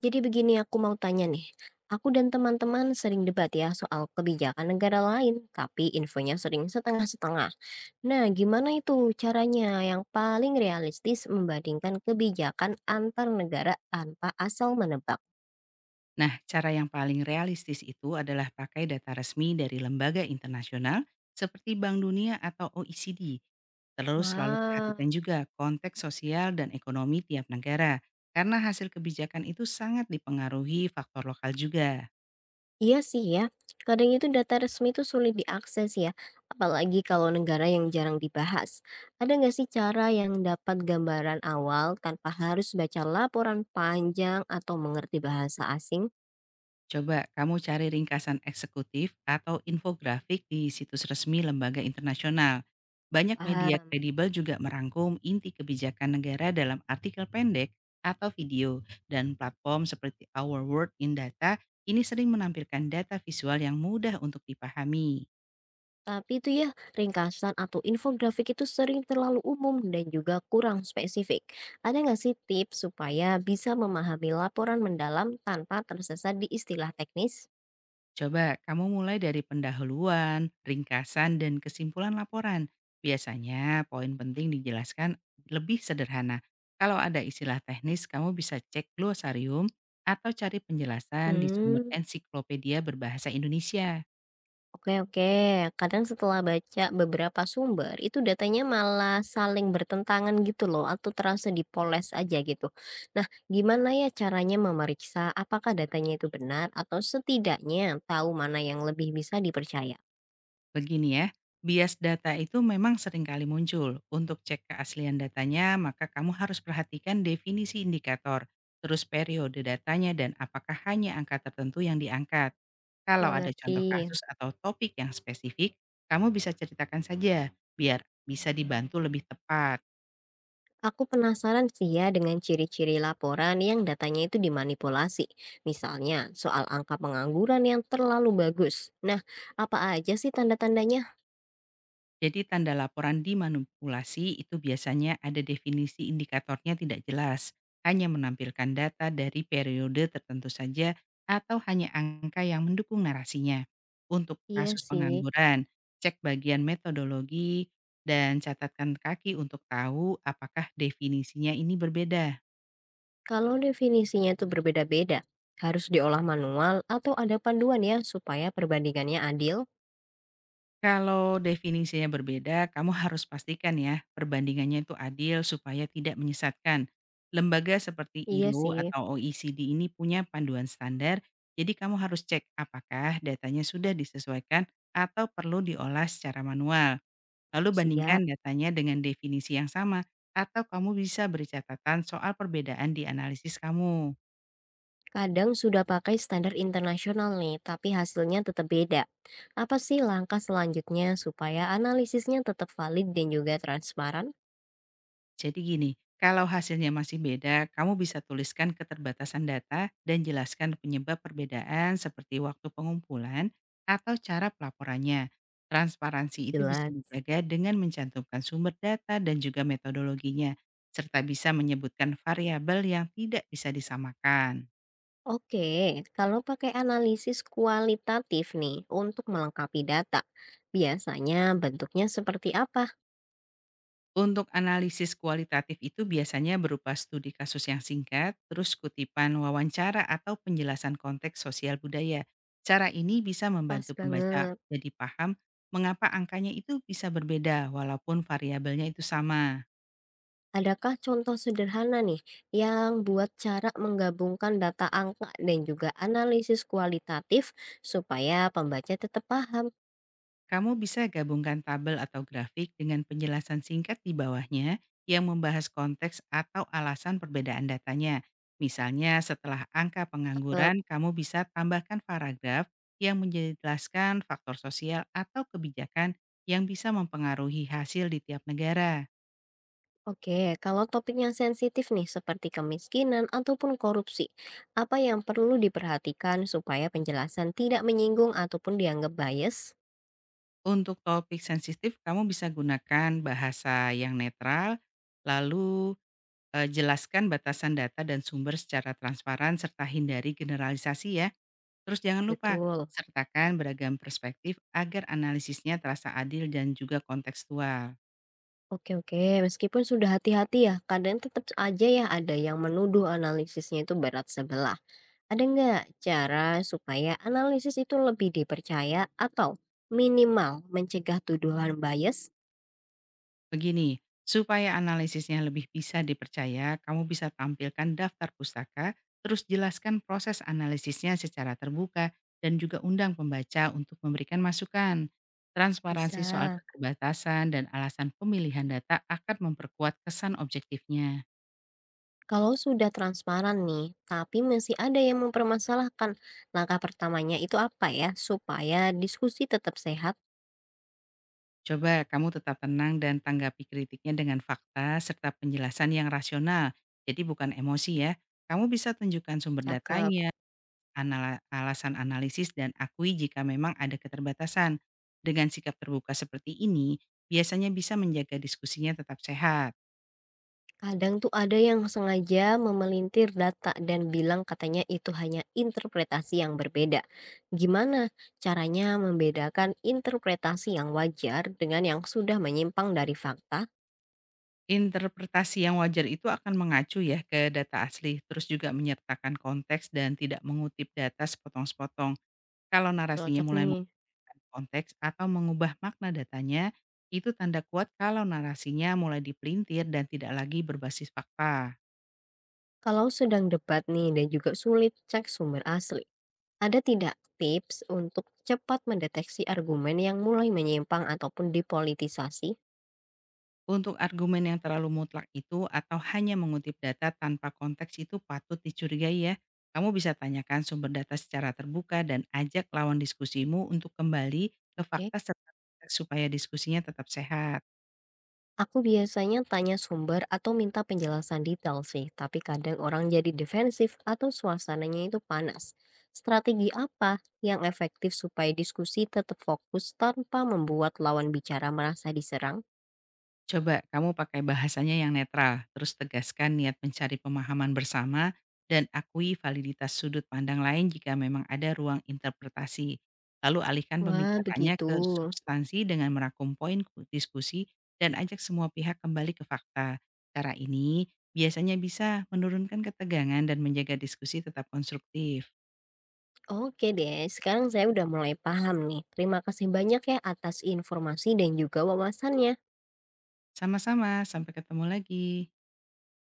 Jadi begini, aku mau tanya nih, aku dan teman-teman sering debat ya soal kebijakan negara lain, tapi infonya sering setengah-setengah. Nah, gimana itu caranya yang paling realistis membandingkan kebijakan antar negara tanpa asal menebak? Nah, cara yang paling realistis itu adalah pakai data resmi dari lembaga internasional seperti Bank Dunia atau OECD. Terus selalu Wah, perhatikan juga konteks sosial dan ekonomi tiap negara, karena hasil kebijakan itu sangat dipengaruhi faktor lokal juga. iya sih ya. Kadang itu data resmi itu sulit diakses ya, apalagi kalau negara yang jarang dibahas. Ada nggak sih cara yang dapat gambaran awal tanpa harus baca laporan panjang atau mengerti bahasa asing? Coba kamu cari ringkasan eksekutif atau infografik di situs resmi lembaga internasional. Banyak media Paham. kredibel juga merangkum inti kebijakan negara dalam artikel pendek atau video dan platform seperti Our World in Data ini sering menampilkan data visual yang mudah untuk dipahami. Tapi itu ya, ringkasan atau infografik itu sering terlalu umum dan juga kurang spesifik. Ada nggak sih tips supaya bisa memahami laporan mendalam tanpa tersesat di istilah teknis? Coba kamu mulai dari pendahuluan, ringkasan, dan kesimpulan laporan. Biasanya poin penting dijelaskan lebih sederhana. Kalau ada istilah teknis, kamu bisa cek glosarium atau cari penjelasan di sumber Hmm, ensiklopedia berbahasa Indonesia. oke oke. Kadang setelah baca beberapa sumber, itu datanya malah saling bertentangan gitu loh, atau terasa dipoles aja gitu. Nah, gimana ya caranya memeriksa apakah datanya itu benar atau setidaknya tahu mana yang lebih bisa dipercaya? Begini ya, bias data itu memang seringkali muncul. Untuk cek keaslian datanya, maka kamu harus perhatikan definisi indikator, terus periode datanya dan apakah hanya angka tertentu yang diangkat. Kalau ada contoh Mengerti. kasus atau topik yang spesifik, kamu bisa ceritakan saja biar bisa dibantu lebih tepat. Aku penasaran sih ya dengan ciri-ciri laporan yang datanya itu dimanipulasi. Misalnya soal angka pengangguran yang terlalu bagus. Nah, apa aja sih tanda-tandanya? Jadi tanda laporan dimanipulasi itu biasanya ada definisi indikatornya tidak jelas, hanya menampilkan data dari periode tertentu saja atau hanya angka yang mendukung narasinya. Untuk Iya kasus sih, pengangguran, cek bagian metodologi dan catatkan kaki untuk tahu apakah definisinya ini berbeda. kalau definisinya itu berbeda-beda, harus diolah manual atau ada panduan ya supaya perbandingannya adil? Kalau definisinya berbeda, kamu harus pastikan ya, perbandingannya itu adil supaya tidak menyesatkan. Lembaga seperti Iya ILO sih, atau OECD ini punya panduan standar, jadi kamu harus cek apakah datanya sudah disesuaikan atau perlu diolah secara manual. Lalu siap. bandingkan datanya dengan definisi yang sama, atau kamu bisa beri catatan soal perbedaan di analisis kamu. Kadang sudah pakai standar internasional nih, tapi hasilnya tetap beda. Apa sih langkah selanjutnya supaya analisisnya tetap valid dan juga transparan? Jadi gini, kalau hasilnya masih beda, kamu bisa tuliskan keterbatasan data dan jelaskan penyebab perbedaan seperti waktu pengumpulan atau cara pelaporannya. Transparansi itu bisa Jelas. dijaga dengan mencantumkan sumber data dan juga metodologinya, serta bisa menyebutkan variabel yang tidak bisa disamakan. Oke, kalau pakai analisis kualitatif nih untuk melengkapi data, biasanya bentuknya seperti apa? Untuk analisis kualitatif itu biasanya berupa studi kasus yang singkat, terus kutipan wawancara atau penjelasan konteks sosial budaya. Cara ini bisa Pas membantu pembaca banget. jadi paham mengapa angkanya itu bisa berbeda walaupun variabelnya itu sama. Adakah contoh sederhana nih yang buat cara menggabungkan data angka dan juga analisis kualitatif supaya pembaca tetap paham? Kamu bisa gabungkan tabel atau grafik dengan penjelasan singkat di bawahnya yang membahas konteks atau alasan perbedaan datanya. Misalnya setelah angka Cakep. pengangguran, kamu bisa tambahkan paragraf yang menjelaskan faktor sosial atau kebijakan yang bisa mempengaruhi hasil di tiap negara. Oke, kalau topiknya sensitif nih seperti kemiskinan ataupun korupsi, apa yang perlu diperhatikan supaya penjelasan tidak menyinggung ataupun dianggap bias? Untuk topik sensitif, kamu bisa gunakan bahasa yang netral, lalu jelaskan batasan data dan sumber secara transparan serta hindari generalisasi ya. Terus jangan lupa, Betul. sertakan beragam perspektif agar analisisnya terasa adil dan juga kontekstual. Oke oke, meskipun sudah hati-hati ya, kadang tetap aja ya ada yang menuduh analisisnya itu berat sebelah. Ada nggak cara supaya analisis itu lebih dipercaya atau minimal mencegah tuduhan bias? Begini, supaya analisisnya lebih bisa dipercaya, kamu bisa tampilkan daftar pustaka, terus jelaskan proses analisisnya secara terbuka, dan juga undang pembaca untuk memberikan masukan. Transparansi soal Bisa. keterbatasan dan alasan pemilihan data akan memperkuat kesan objektifnya. Kalau sudah transparan nih, tapi masih ada yang mempermasalahkan, langkah pertamanya itu apa ya supaya diskusi tetap sehat? Coba kamu tetap tenang dan tanggapi kritiknya dengan fakta serta penjelasan yang rasional. Jadi bukan emosi ya. Kamu bisa tunjukkan sumber Cakep. datanya, alasan analisis dan akui jika memang ada keterbatasan. Dengan sikap terbuka seperti ini, biasanya bisa menjaga diskusinya tetap sehat. Kadang tuh ada yang sengaja memelintir data dan bilang katanya itu hanya interpretasi yang berbeda. Gimana caranya membedakan interpretasi yang wajar dengan yang sudah menyimpang dari fakta? Interpretasi yang wajar itu akan mengacu ya ke data asli, terus juga menyertakan konteks dan tidak mengutip data sepotong-sepotong. Kalau narasinya Cocok mulai nih. konteks atau mengubah makna datanya, itu tanda kuat kalau narasinya mulai dipelintir dan tidak lagi berbasis fakta. Kalau sedang debat nih dan juga sulit cek sumber asli. Ada tidak tips untuk cepat mendeteksi argumen yang mulai menyimpang ataupun dipolitisasi? Untuk argumen yang terlalu mutlak itu atau hanya mengutip data tanpa konteks itu patut dicurigai ya. Kamu bisa tanyakan sumber data secara terbuka dan ajak lawan diskusimu untuk kembali ke Oke. fakta serta konteks supaya diskusinya tetap sehat. Aku biasanya tanya sumber atau minta penjelasan detail sih, tapi kadang orang jadi defensif atau suasananya itu panas. Strategi apa yang efektif supaya diskusi tetap fokus tanpa membuat lawan bicara merasa diserang? Coba kamu pakai bahasanya yang netral, terus tegaskan niat mencari pemahaman bersama dan akui validitas sudut pandang lain jika memang ada ruang interpretasi. Lalu alihkan Wah, pembicaraannya begitu. ke substansi dengan merangkum poin diskusi dan ajak semua pihak kembali ke fakta. Cara ini biasanya bisa menurunkan ketegangan dan menjaga diskusi tetap konstruktif. Oke deh, sekarang saya udah mulai paham nih. Terima kasih banyak ya atas informasi dan juga wawasannya. Sama-sama, sampai ketemu lagi.